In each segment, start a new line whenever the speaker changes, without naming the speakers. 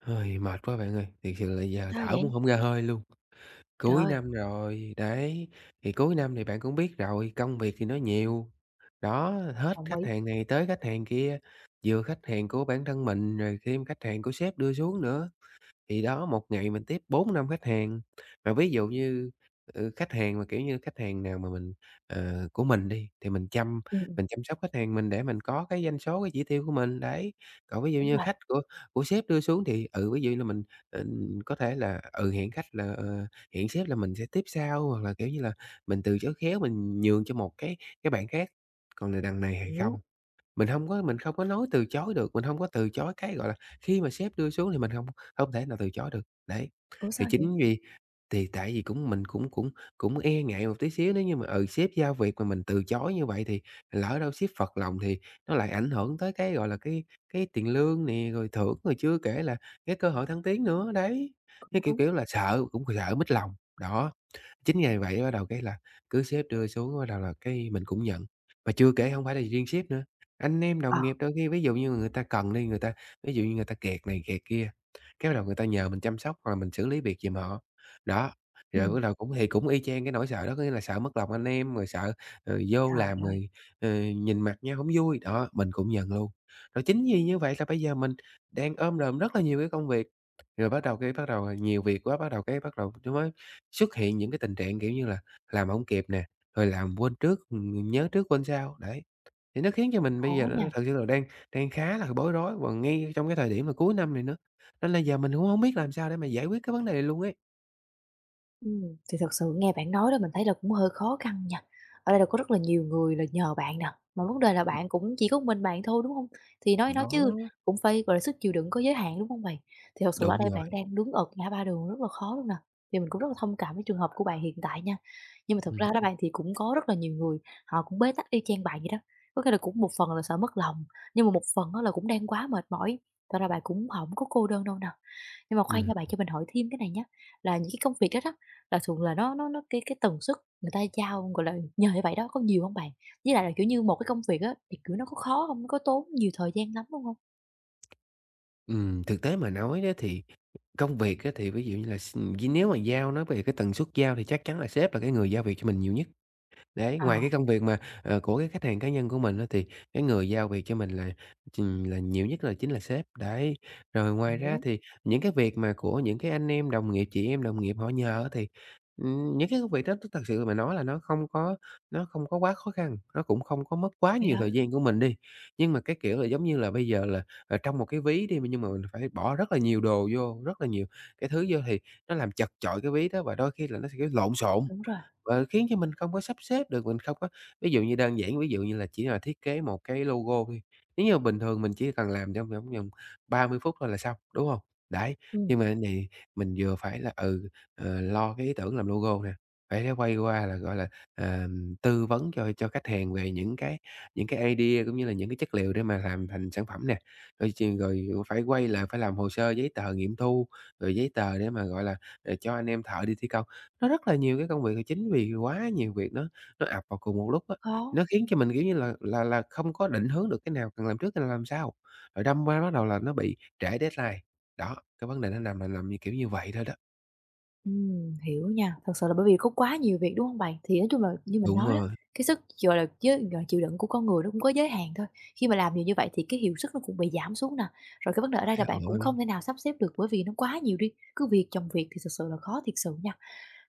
Hơi mệt quá bạn ơi, thiệt sự là giờ
Sao
thở
vậy?
cũng không ra hơi luôn.
Trời
Cuối
ơi!
năm rồi, đấy, thì cuối năm thì bạn cũng biết rồi, công việc thì nó nhiều. Đó, hết
Đồng
khách
ý.
hàng này tới khách hàng kia, vừa khách hàng của bản thân mình rồi thêm khách hàng của sếp đưa xuống nữa. Thì đó, một ngày mình tiếp 4 5 khách hàng, mà ví dụ như, khách hàng mà, kiểu như, khách hàng nào mà mình của mình đi, thì mình chăm
Ừm, ừm.
mình chăm sóc khách hàng mình để mình có cái doanh số, cái chỉ tiêu của mình, đấy. Còn ví dụ
Đúng
như
rồi,
khách của sếp đưa xuống thì, ví dụ là mình, có thể là, hẹn khách là, hẹn sếp là mình sẽ tiếp sau, hoặc là, kiểu như là, mình từ chối khéo mình nhường cho một cái bạn khác, còn là đằng này hay
hiểu.
không. Mình không có nói từ chối được, mình không có từ chối cái, gọi là, khi mà sếp đưa xuống thì mình không không thể nào từ chối được. Đấy,
Ủa,
thì
sao vậy?
chính vì thì tại vì cũng mình cũng cũng cũng e ngại một tí xíu nếu như mà, sếp giao việc mà mình từ chối như vậy thì lỡ đâu sếp phật lòng thì nó lại ảnh hưởng tới cái, gọi là, cái tiền lương nè, rồi thưởng, rồi chưa kể là cái cơ hội thăng tiến nữa, đấy.
Cũng
Cái, kiểu,
đúng.
kiểu là, sợ cũng sợ mít lòng, đó. Chính ngày vậy bắt đầu cái là cứ sếp đưa xuống bắt đầu là cái mình cũng nhận, mà chưa kể không phải là riêng sếp nữa, anh em đồng
Ờ.
nghiệp đôi khi ví dụ như người ta cần đi, người ta ví dụ như người ta kẹt này kẹt kia, cái bắt đầu người ta nhờ mình chăm sóc hoặc là mình xử lý việc giùm họ. Đó, rồi
Ừm.
bắt đầu cũng thì cũng y chang cái nỗi sợ đó, có nghĩa là sợ mất lòng anh em, rồi sợ, vô
Trời
làm
ơi!
rồi, nhìn mặt nhau hổng vui, đó, mình cũng nhận luôn. Rồi chính vì như vậy là bây giờ mình đang ôm đồm rất là nhiều cái công việc, rồi bắt đầu cái bắt đầu, à, nhiều việc quá, bắt đầu nó mới xuất hiện những cái tình trạng, kiểu như là, làm hổng kịp nè, rồi làm quên trước, nhớ trước quên sau, đấy. Thì nó khiến cho mình
Khó
bây giờ nó
nha.
thật sự là đang đang khá là bối rối và ngay trong cái thời điểm mà cuối năm này nữa, nên là giờ mình cũng hổng biết làm sao để mà giải quyết cái vấn đề này luôn ấy. Ừm.
Thì thật sự nghe bạn nói đó mình thấy là cũng hơi khó khăn nha. Ở đây là có rất là nhiều người là nhờ bạn nè, mà vấn đề là bạn cũng chỉ có mình bạn thôi, đúng không? Thì nói chứ
Đó,
cũng phải, gọi là, sức chịu đựng có giới hạn, đúng không bạn? Thì thật sự là ở
đúng
đây
rồi,
bạn đang đứng ở ngã ba đường rất là khó luôn nè, thì mình cũng rất là thông cảm với trường hợp của bạn hiện tại nha. Nhưng mà thật
ừm,
ra đó bạn thì cũng có rất là nhiều người họ cũng bế tắc y chang bạn vậy đó, có cái là cũng một phần là sợ mất lòng, nhưng mà một phần á là cũng đang quá mệt mỏi, thật ra bạn cũng không có cô đơn đâu nè. Nhưng mà khoan nha bạn,
ừm.
cho mình hỏi thêm cái này nhé, là những cái công việc đó đó, là thường là nó cái tần suất người ta giao, gọi là, nhờ như vậy đó có nhiều không bạn? Với lại là, kiểu như, một cái công việc á thì, kiểu, nó có khó không? Nó có tốn nhiều thời gian lắm luôn hông?
Thực tế mà nói đó thì công việc á thì ví dụ như là s nếu mà giao nó về cái tần suất giao thì chắc chắn là sếp là cái người giao việc cho mình nhiều nhất. Đấy,
Ờ,
ngoài cái công việc mà, của cái khách hàng cá nhân của mình á, thì cái người giao việc cho mình là chừng là nhiều nhất là chính là sếp, đấy. Rồi ngoài ra
hiểu,
thì những cái việc mà của những cái anh em đồng nghiệp, chị em đồng nghiệp họ nhờ á thì, những cái công việc đó thật sự mà nói là nó không có quá khó khăn, nó cũng không có mất quá
vậy
nhiều
hả?
thời gian của mình đi. Nhưng mà cái kiểu là, giống như là, bây giờ là, trong một cái ví đi, nhưng mà mình phải bỏ rất là nhiều đồ vô, rất là nhiều cái thứ vô thì nó làm chật chội cái ví đó và đôi khi là nó sẽ lộn xộn.
Đúng rồi,
Và khiến cho mình không có sắp xếp được, mình không có ví dụ như đơn giản, ví dụ như là chỉ là thiết kế một cái logo thôi, nếu như bình thường mình chỉ cần làm trong vòng vòng 30 phút thôi là xong, đúng không? Đấy,
ừ,
nhưng mà cái này mình vừa phải là, lo cái ý tưởng làm logo nè, phải phải quay qua là, gọi là, tư vấn cho khách hàng về những cái idea cũng như là những cái chất liệu để mà làm thành sản phẩm nè, rồi phải quay lại phải làm hồ sơ giấy tờ nghiệm thu, rồi giấy tờ để mà, gọi là, cho anh em thợ đi thi công. Nó rất là nhiều cái công việc thì chính vì quá nhiều việc nó ập vào cùng một lúc á,
khó.
nó khiến cho mình, kiểu như không có định hướng được cái nào cần làm trước, cái nào làm sau, rồi đâm qua bắt đầu là nó bị trễ deadline. Đó, cái vấn đề nó nằm là nằm như, kiểu, như vậy thôi đó.
Hiểu nha. Thật sự là bởi vì có quá nhiều việc, đúng không bạn? Thì nói chung là như mình
Đúng
nói đó,
rồi,
cái sức, gọi là, chứ gọi là, chịu đựng của con người nó cũng có giới hạn thôi. Khi mà làm nhiều như vậy thì cái hiệu suất nó cũng bị giảm xuống nè. Rồi cái vấn đề ở đây là
trời
bạn cũng
ơi,
không thể nào sắp xếp được bởi vì nó quá nhiều đi, cứ việc chồng việc thì thật sự là khó thiệt sự nha.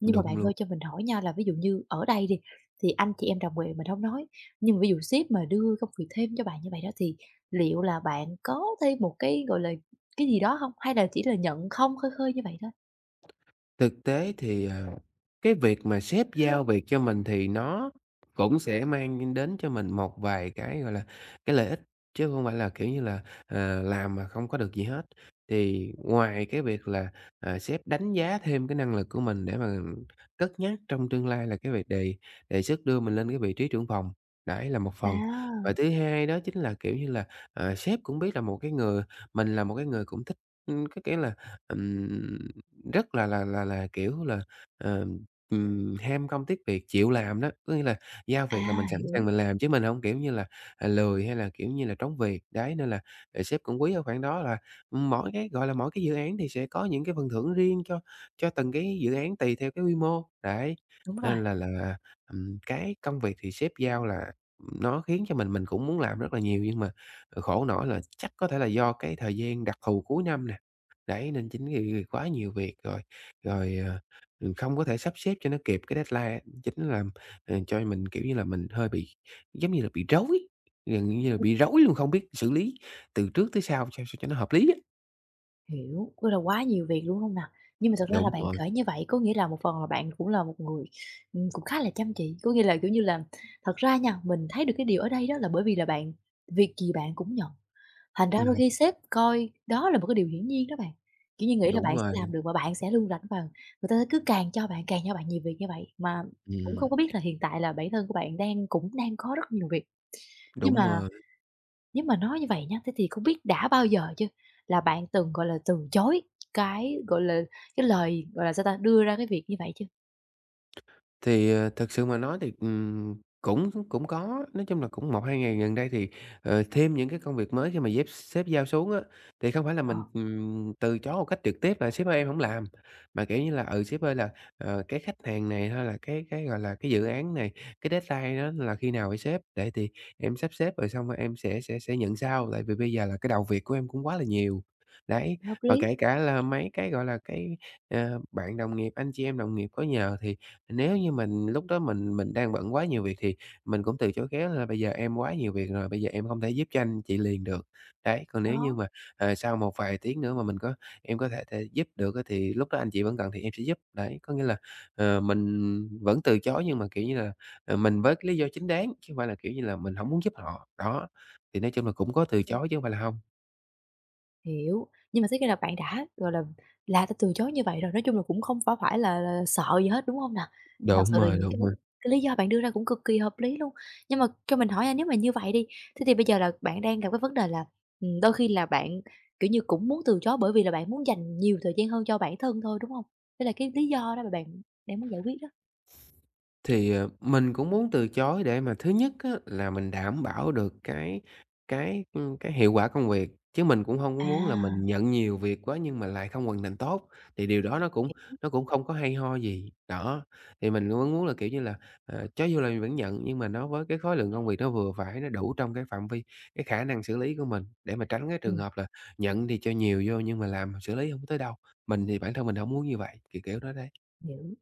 Nhưng mà bạn
đúng
ơi,
luôn.
cho mình hỏi nha, là ví dụ như ở đây đi, thì anh chị em đồng nghiệp mình không nói, nhưng mà ví dụ sếp mà đưa công việc thêm cho bạn như vậy đó thì liệu là bạn có thêm một cái, gọi là, cái gì đó không? Hay là chỉ là nhận không khơi khơi như vậy thôi?
Thực tế thì, cái việc mà sếp giao việc cho mình thì nó cũng sẽ mang đến cho mình một vài cái, gọi là, cái lợi ích, chứ không phải là, kiểu như là, làm mà không có được gì hết. Thì ngoài cái việc là, sếp đánh giá thêm cái năng lực của mình để mà cất nhắc trong tương lai là cái việc đề đề xuất đưa mình lên cái vị trí trưởng phòng, đấy là một phần. Và
À!
thứ 2 đó chính là, kiểu như là, sếp cũng biết là một cái người mình là một cái người cũng thích, ưm, cái, kiểu là, ừm rất là kiểu là, ờ, ham công tiếc việc, chịu làm đó, có nghĩa là giao việc là
À,
mình sẵn sàng
hiểu,
mình làm chứ mình không kiểu như là, lười hay là, kiểu như là, trống việc. Đấy, nên là, sếp cũng quý ở khoảng đó là mỗi cái, gọi là, mỗi cái dự án thì sẽ có những cái phần thưởng riêng cho từng cái dự án tùy theo cái quy mô. Đấy,
đúng rồi,
nên cái công việc thì sếp giao là nó khiến cho mình cũng muốn làm rất là nhiều nhưng mà, khổ nỗi là chắc có thể là do cái thời gian đặc thù cuối năm nè. Đấy, nên chính vì quá nhiều việc rồi, rồi, không có thể sắp xếp cho nó kịp cái deadline á, cho mình, kiểu như là, mình hơi bị giống như là bị rối, gần như là bị rối luôn, không biết xử lý từ trước tới sau sao sao cho nó hợp lý á.
hiểu, ôi là quá nhiều việc luôn không nào. Nhưng mà thật ra là
Đúng
bạn
rồi,
kể như vậy có nghĩa là một phần là bạn cũng là một người, cũng khá là chăm chỉ, có nghĩa là, kiểu như là, thật ra nha, mình thấy được cái điều ở đây đó là bởi vì là bạn việc gì bạn cũng nhận, thành ra đôi
ừm,
khi sếp coi đó là một cái điều hiển nhiên đó bạn, kiểu như, nghĩ là
đúng
bạn sẽ làm
rồi,
được và bạn sẽ luôn rảnh và người ta cứ càng cho bạn nhiều việc như vậy, mà cũng
ừm,
không có biết là hiện tại là bản thân của bạn đang cũng đang có rất nhiều việc. Nhưng
đúng
mà
rồi.
nếu mà nói như vậy nhá, thế thì không biết đã bao giờ chưa là bạn từng, gọi là, từ chối cái, gọi là, cái lời, gọi là, sao ta, đưa ra cái việc như vậy chưa?
Thì, thực sự mà nói thì, cũng cũng có, nói chung là cũng 1 2 ngày gần đây thì, thêm những cái công việc mới khi mà dép sếp giao xuống á, thì không phải là
Ờ,
mình, từ chối một cách trực tiếp là "Sếp ơi, em không làm." Mà, kiểu như là, "Ừ, sếp ơi, là, cái khách hàng này hay là cái, gọi là, cái dự án này, cái deadline nó là khi nào vậy sếp? Để thì em sắp xếp rồi xong rồi em sẽ nhận sau, tại vì bây giờ là cái đầu việc của em cũng quá là nhiều." Đấy,
hợp
và
lý,
kể cả là mấy cái, gọi là, cái, bạn đồng nghiệp, anh chị em đồng nghiệp có nhờ thì nếu như mình lúc đó mình đang bận quá nhiều việc thì mình cũng từ chối khéo là "Bây giờ em quá nhiều việc rồi, bây giờ em không thể giúp cho anh chị liền được." Đấy, còn nếu như
đó.
mà, sau một vài tiếng nữa mà mình có em có thể thể giúp được á thì lúc đó anh chị vẫn cần thì em sẽ giúp. Đấy, có nghĩa là, mình vẫn từ chối nhưng mà, kiểu như là, mình với cái lý do chính đáng, chứ hông phải là, kiểu như là, mình hổng muốn giúp họ. Đó, thì nói chung là cũng có từ chối chứ hông phải là hông.
Hiểu, nhưng mà thế khi là bạn đã, gọi là đã từ chối như vậy rồi, nói chung là cũng không phải là sợ gì hết, đúng không nào? Mà thật
Đúng
sự là
rồi,
những cái
đúng rồi.
lý do bạn đưa ra cũng cực kỳ hợp lý luôn. Nhưng mà cho mình hỏi nha, nếu mà như vậy đi, thế thì bây giờ là bạn đang gặp cái vấn đề là, đôi khi là bạn, kiểu như, cũng muốn từ chối bởi vì là bạn muốn dành nhiều thời gian hơn cho bản thân thôi, đúng không? Đây là cái lý do đó mà bạn đang muốn giải quyết đó.
Thì, mình cũng muốn từ chối để mà thứ nhất á là mình đảm bảo được cái, ưm, cái hiệu quả công việc, chứ mình cũng không có muốn là
À,
mình nhận nhiều việc quá nhưng mà lại không hoàn thành tốt, thì điều đó nó cũng không có hay ho gì. Đó, thì mình cũng muốn là, kiểu như là, ờ, cho dù là mình vẫn nhận nhưng mà nó với cái khối lượng công việc nó vừa phải, nó đủ trong cái phạm vi, cái khả năng xử lý của mình, để mà tránh cái trường
ừm.
hợp là nhận thì cho nhiều vô nhưng mà làm xử lý không tới đâu. Mình thì bản thân mình không muốn như vậy, kiểu, kiểu đó đấy.
Hiểu.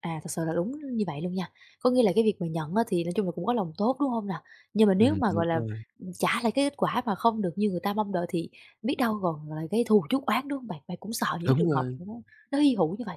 À, thật sự là đúng như vậy luôn nha. Có nghĩa là cái việc mà nhận á thì nói chung là cũng có lòng tốt, đúng không nào? Nhưng mà nếu mà, gọi
Đúng
là,
rồi,
trả lại cái kết quả mà không được như người ta mong đợi thì biết đâu còn lại gây thù chuốc oán, đúng không bạn? Bạn cũng sợ những cái
đúng
trường hợp
rồi.
nó hy hữu như vậy.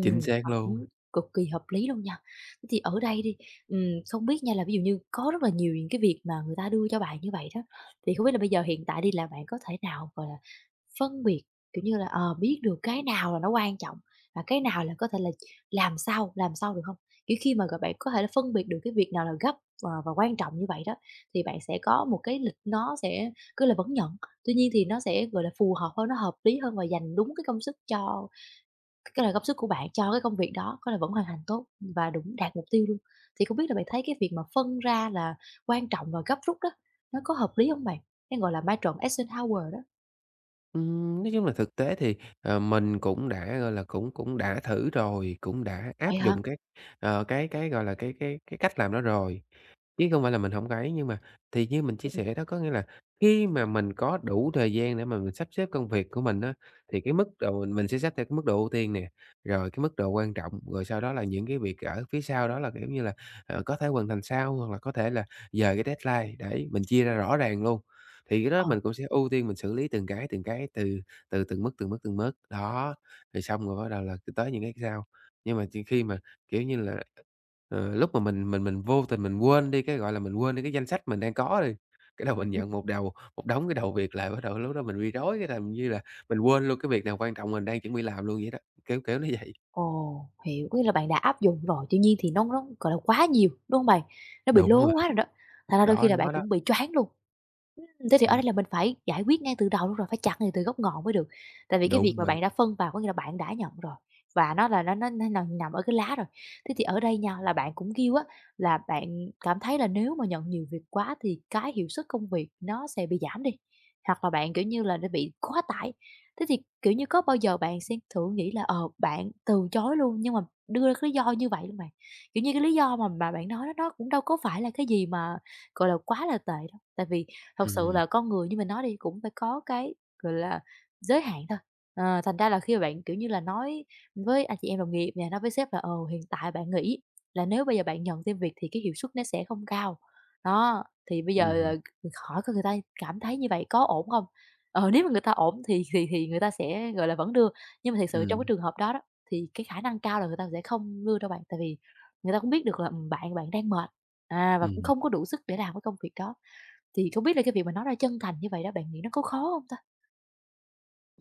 Chính xác
Và
luôn.
cũng cực kỳ hợp lý luôn nha. Thế thì ở đây đi, ừm, không biết nha là ví dụ như có rất là nhiều những cái việc mà người ta đưa cho bạn như vậy đó, thì không biết là bây giờ hiện tại đi là bạn có thể nào, gọi là, phân biệt, kiểu như là, ờ, biết được cái nào là nó quan trọng và cái nào là có thể là làm sau được không? Kiểu, khi mà, gọi, bạn có thể là phân biệt được cái việc nào là gấp, ờ, và quan trọng như vậy đó, thì bạn sẽ có một cái lịch nó sẽ cứ là vẫn nhận, tuy nhiên thì nó sẽ, gọi là, phù hợp hơn, nó hợp lý hơn và dành đúng cái công sức cho cái là công sức của bạn cho cái công việc đó có là vẫn hoàn thành tốt và đúng đạt mục tiêu luôn. Thì không biết là bạn thấy cái việc mà phân ra là quan trọng và gấp rút đó, nó có hợp lý không bạn? Cái, gọi là, ma trận Eisenhower đó.
Nói chung là thực tế thì, mình cũng đã, gọi là, cũng cũng đã thử rồi, cũng đã
Vậy
áp
hả?
dụng cái, gọi là, cái cách làm đó rồi. Chứ không phải là mình hổng ấy, nhưng mà thì như mình chia
Ừm, ừm,
sẻ đó, có nghĩa là khi mà mình có đủ thời gian để mà mình sắp xếp công việc của mình á, thì cái mức độ mình sẽ xếp theo cái mức độ ưu tiên nè, rồi cái mức độ quan trọng, rồi sau đó là những cái việc ở phía sau đó là, kiểu như là, ờ, có thể hoàn thành sau hoặc là có thể là dời cái deadline, đấy, mình chia ra rõ ràng luôn. Thì cái đó
ờ.
mình cũng sẽ ưu tiên mình xử lý từng cái, từ từ từng mức, từng mức, từng mức, đó, rồi xong rồi bắt đầu là tới những cái sau. Nhưng mà chỉ khi mà, kiểu như là lúc mà mình vô tình mình quên đi cái, gọi là, mình quên đi cái danh sách mình đang có đi, cái đầu mình nhận một đầu một đống cái đầu việc lại bắt đầu lúc đó mình bị rối, cái làm như là mình quên luôn cái việc nào quan trọng mình đang chuẩn bị làm luôn vậy đó, kiểu, kiểu như vậy.
Ồ, hiểu, có nghĩa là bạn đã áp dụng rồi, tuy nhiên thì nó, gọi là, quá nhiều, đúng không bạn? Nó bị
Đúng
lố
rồi,
quá rồi đó, thành ra đôi khi
đó,
là bạn
đó, đó.
cũng bị choáng luôn. Thế thì ở
Ừm,
đây là mình phải giải quyết ngay từ đầu luôn rồi, phải chặt ngay từ gốc ngọn mới được, tại vì cái việc
đúng
mà
rồi,
bạn đã phân vào có nghĩa là bạn đã nhận rồi, và nó là nó nằm nằm ở cái lá rồi. Thế thì ở đây nha, là bạn cũng kêu á, là bạn cảm thấy là nếu mà nhận nhiều việc quá thì cái hiệu suất công việc nó sẽ bị giảm đi, hoặc là bạn, kiểu như là, nó bị quá tải. Thế thì, kiểu như, có bao giờ bạn sẽ thử nghĩ là, ờ, bạn từ chối luôn, nhưng mà đưa ra cái lý do như vậy luôn bạn? Kiểu như, cái lý do mà bạn nói đó nó cũng đâu có phải là cái gì mà, gọi là, quá là tệ đâu, tại vì thật sự
ừm,
là con người như mình nói đi, cũng phải có cái, gọi là, giới hạn thôi. Ờ, thành ra là khi mà bạn, kiểu như là, nói với anh chị em đồng nghiệp nè, nói với sếp là, ờ, hiện tại bạn nghĩ là nếu bây giờ bạn nhận thêm việc thì cái hiệu suất nó sẽ không cao. Đó, thì bây giờ,
ừm,
ờ, hỏi coi người ta cảm thấy như vậy có ổn không? Ờ, nếu mà người ta ổn thì thì người ta sẽ, gọi là, vẫn đưa, nhưng mà thiệt sự trong cái
ừm,
trường hợp đó đó, thì cái khả năng cao là người ta sẽ không đưa đâu bạn, tại vì người ta cũng biết được là, bạn bạn đang mệt, à, và cũng
ừm.
không có đủ sức để làm cái công việc đó. Thì không biết là cái việc mà nói ra chân thành như vậy đó, bạn nghĩ nó có khó hông ta?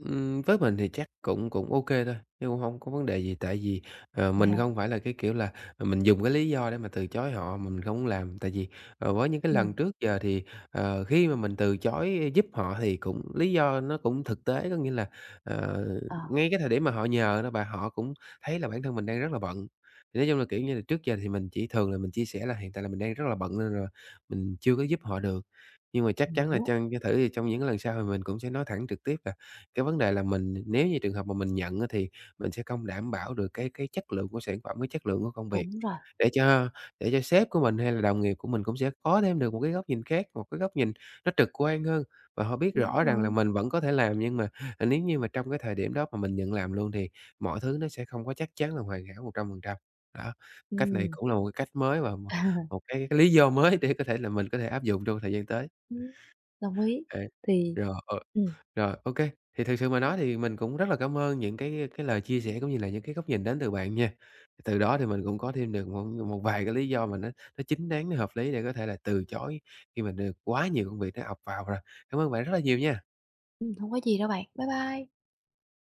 Với mình thì chắc cũng cũng ok thôi, chứ cũng hông có vấn đề gì, tại vì,
Vậy hả?
mình không phải là cái kiểu là, mình dùng cái lý do để mà từ chối họ mà mình không làm. Tại vì, với những cái
Ừm,
lần trước giờ thì, khi mà mình từ chối giúp họ thì cũng lý do nó cũng thực tế, có nghĩa là, ờ,
ờ.
ngay cái thời điểm mà họ nhờ đó, bà họ cũng thấy là bản thân mình đang rất là bận. Thì nói chung là, kiểu như là, trước giờ thì mình chỉ thường là mình chia sẻ là hiện tại là mình đang rất là bận nên là mình chưa có giúp họ được. Nhưng mà chắc chắn là
Hiểu,
trong cho thử thì trong những cái lần sau thì mình cũng sẽ nói thẳng trực tiếp là cái vấn đề là mình nếu như trường hợp mà mình nhận á thì mình sẽ không đảm bảo được cái chất lượng của sản phẩm, cái chất lượng của công việc,
đúng rồi,
để cho để cho sếp của mình hay là đồng nghiệp của mình cũng sẽ có thêm được một cái góc nhìn khác, một cái góc nhìn nó trực quan hơn. Và họ biết
đúng
rõ rằng là
rồi,
mình vẫn có thể làm, nhưng mà, à, nếu như mà trong cái thời điểm đó mà mình nhận làm luôn thì mọi thứ nó sẽ không có chắc chắn là hoàn hảo 100%. Đó, cách này
ừm.
cũng là một cái cách mới và một
À,
một cái lý do mới để có thể là mình có thể áp dụng trong thời gian tới.
ừm, đồng ý.
À,
Thì
rồi, ờ.
ừm,
Rồi, ok. Thì thực sự mà nói thì mình cũng rất là cảm ơn những cái lời chia sẻ cũng như là những cái góc nhìn đến từ bạn nha. Từ đó thì mình cũng có thêm được một một vài cái lý do mà nó chính đáng, nó hợp lý để có thể là từ chối khi mà được quá nhiều công việc nó ập vào rồi. Cảm ơn bạn rất là nhiều nha.
hông có gì đâu bạn. Bye bye.